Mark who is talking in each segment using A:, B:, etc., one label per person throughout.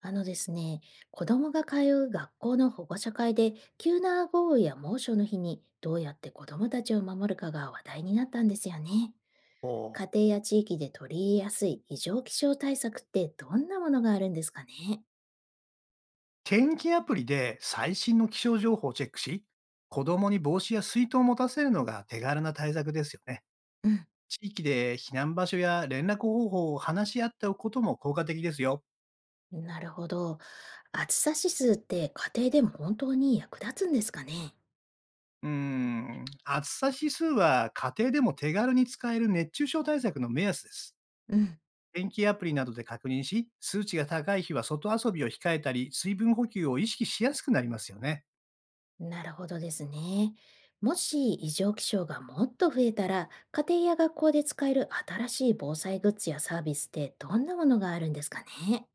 A: あのですね、子供が通う学校の保護者会で、急な豪雨や猛暑の日にどうやって子供たちを守るかが話題になったんですよね。
B: おー。
A: 家庭や地域で取り入れやすい異常気象対策ってどんなものがあるんですかね？
B: 天気アプリで最新の気象情報をチェックし、子供に帽子や水筒を持たせるのが手軽な対策ですよね。
A: う
B: 地域で避難場所や連絡方法を話し合っておくことも効果的ですよ。
A: ん、なるほど。暑さ指数って家庭でも本当に役立つんですかね？
B: うーん、暑さ指数は家庭でも手軽に使える熱中症対策の目安です。
A: うん。
B: 天気アプリなどで確認し、数値が高い日は外遊びを控えたり、水分補給を意識しやすくなりますよね。
A: なるほどですね。もし異常気象がもっと増えたら、家庭や学校で使える新しい防災グッズやサービスってどんなものがあるんですかね？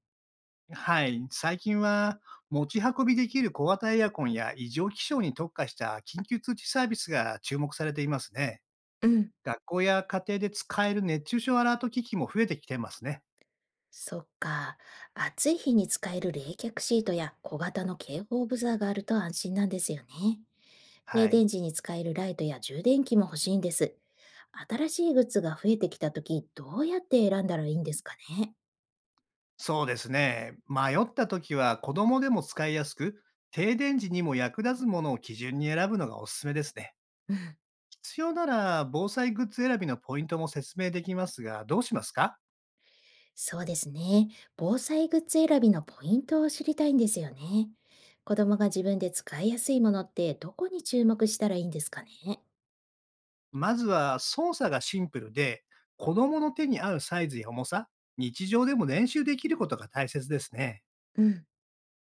B: はい。最近は、持ち運びできる小型エアコンや異常気象に特化した緊急通知サービスが注目されていますね。
A: うん、
B: 学校や家庭で使える熱中症アラート機器も増えてきてますね。
A: そっか。暑い日に使える冷却シートや小型の警報ブザーがあると安心なんですよね。
B: は
A: 停
B: い。
A: 電時に使えるライトや充電器も欲しいんです。新しいグッズが増えてきたとき、どうやって選んだらいいんですかね？
B: そうですね。迷った時は子供でも使いやすく、停電時にも役立つものを基準に選ぶのがおすすめですね。
A: うん。
B: 必要なら防災グッズ選びのポイントも説明できますが、どうしますか？
A: そうですね。防災グッズ選びのポイントを知りたいんですよね。子供が自分で使いやすいものってどこに注目したらいいんですかね？
B: まずは操作がシンプルで、子供の手に合うサイズや重さ、日常でも練習できることが大切ですね。
A: うん。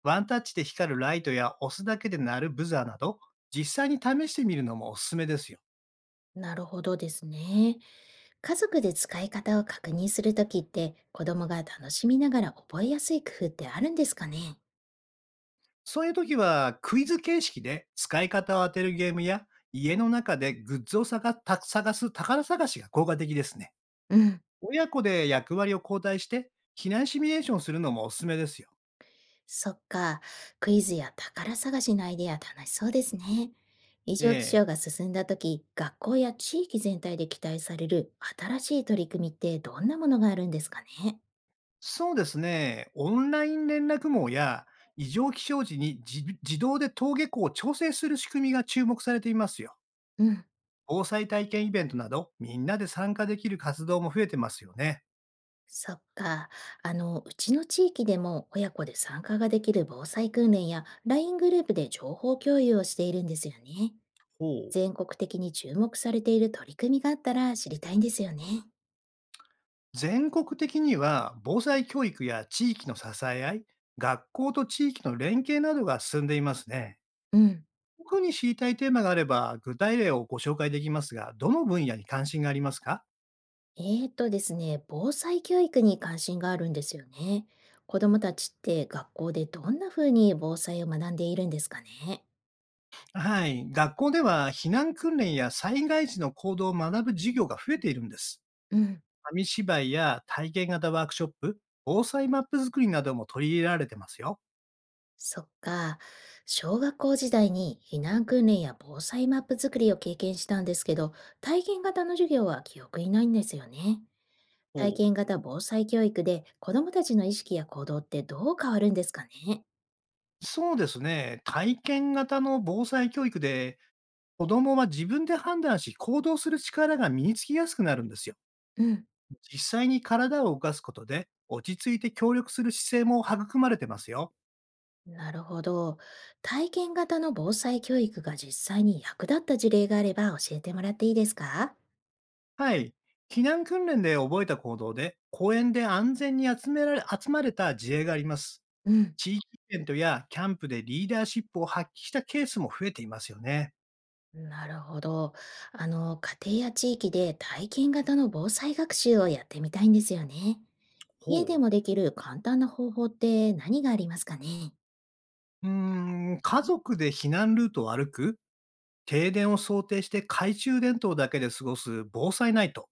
B: ワンタッチで光るライトや押すだけで鳴るブザーなど、実際に試してみるのもおすすめですよ。
A: なるほどですね。家族で使い方を確認するときって子供が楽しみながら覚えやすい工夫ってあるんですかね？
B: そういう時はクイズ形式で使い方を当てるゲームや、家の中でグッズを探す宝探しが効果的ですね。
A: うん。
B: 親子で役割を交代して、避難シミュレーションするのもおすすめですよ。
A: そっか。クイズや宝探しのアイデア楽しそうですね。異常気
B: ええ、
A: 象が進んだ時、学校や地域全体で期待される新しい取り組みってどんなものがあるんですかね？
B: そうですね。オンライン連絡網や異常気象時に自動で登下校を調整する仕組みが注目されていますよ。
A: うん。
B: 防災体験イベントなど、みんなで参加できる活動も増えてますよね。
A: そっか。あの、うちの地域でも親子で参加ができる防災訓練やライングループで情報共有をしているんですよね。
B: ほう。
A: 全国的に注目されている取り組みがあったら知りたいんですよね。
B: 全国的には防災教育や地域の支え合い、学校と地域の連携などが進んでいますね。
A: うん。
B: 特に知りたいテーマがあれば具体例をご紹介できますが、どの分野に関心がありますか？
A: ですね、防災教育に関心があるんですよね。子どもたちって学校でどんな風に防災を学んでいるんですかね？
B: はい。学校では避難訓練や災害時の行動を学ぶ授業が増えているんです。
A: うん、
B: 紙芝居や体験型ワークショップ、防災マップ作りなども取り入れられてますよ。
A: そっか。小学校時代に避難訓練や防災マップ作りを経験したんですけど、体験型の授業は記憶にないんですよね。
B: お
A: 体
B: う、
A: 験型防災教育で子どもたちの意識や行動ってどう変わるんですかね？
B: そうですね。体験型の防災教育で子供は自分で判断し行動する力が身につきやすくなるんですよ。
A: うん、
B: 実際に体を動かすことで、落ち着いて協力する姿勢も育まれてますよ。
A: なるほど。体験型の防災教育が実際に役立った事例があれば教えてもらっていいですか？
B: はい。避難訓練で覚えた行動で、公園で安全に集まれた事例があります。
A: うん。
B: 地域イベントやキャンプでリーダーシップを発揮したケースも増えていますよね。
A: なるほど。あの、家庭や地域で体験型の防災学習をやってみたいんですよね。家
B: ほ
A: で
B: う。
A: もできる簡単な方法って何がありますかね？
B: うーん、家族で避難ルートを歩く、停電を想定して懐中電灯だけで過ごす防災ナイト、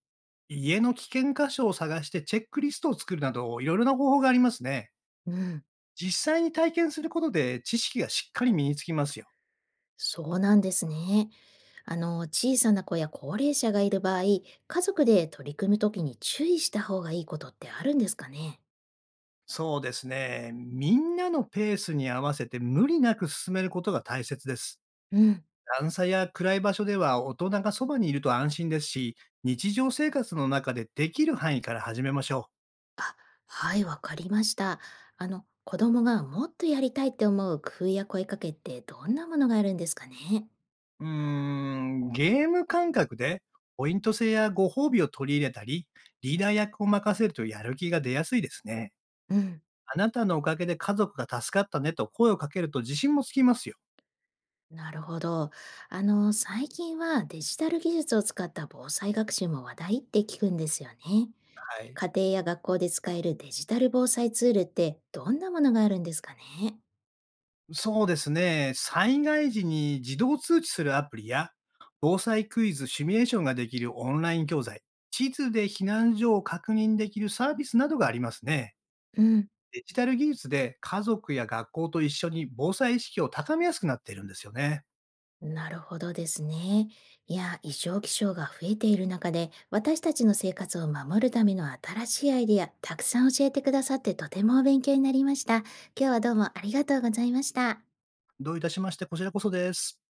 B: 家の危険箇所を探してチェックリストを作るなど、いろいろな方法がありますね。
A: うん。
B: 実際に体験することで知識がしっかり身につきますよ。
A: そうなんですね。あの、小さな子や高齢者がいる場合、家族で取り組むときに注意した方がいいことってあるんですかね？
B: そうですね。みんなのペースに合わせて無理なく進めることが大切です。
A: うん。
B: 段差や暗い場所では大人がそばにいると安心ですし、日常生活の中でできる範囲から始めましょ
A: あ、はい、わかりました。あの、子供がもっとやりたいって思う工夫や声かけってどんなものがあるんですかね？
B: う。うーん、ゲーム感覚でポイント制やご褒美を取り入れたり、リーダー役を任せるとやる気が出やすいですね。
A: うん、
B: あなたのおかげで家族が助かったねと声をかけると自信もつきますよ。
A: なるほど。あの、最近はデジタル技術を使った防災学習も話題って聞くんですよね。
B: はい。
A: 家庭や学校で使えるデジタル防災ツールってどんなものがあるんですかね？
B: そうですね。災害時に自動通知するアプリや、防災クイズ、シミュレーションができるオンライン教材、地図で避難所を確認できるサービスなどがありますね。
A: うん。
B: デジタル技術で家族や学校と一緒に防災意識を高めやすくなっているんですよね。
A: なるほどですね。いや、異常気象が増えている中で、私たちの生活を守るための新しいアイディア、たくさん教えてくださってとても勉強になりました。今日はどうもありがとうございました。
B: どういたしまして、こちらこそです。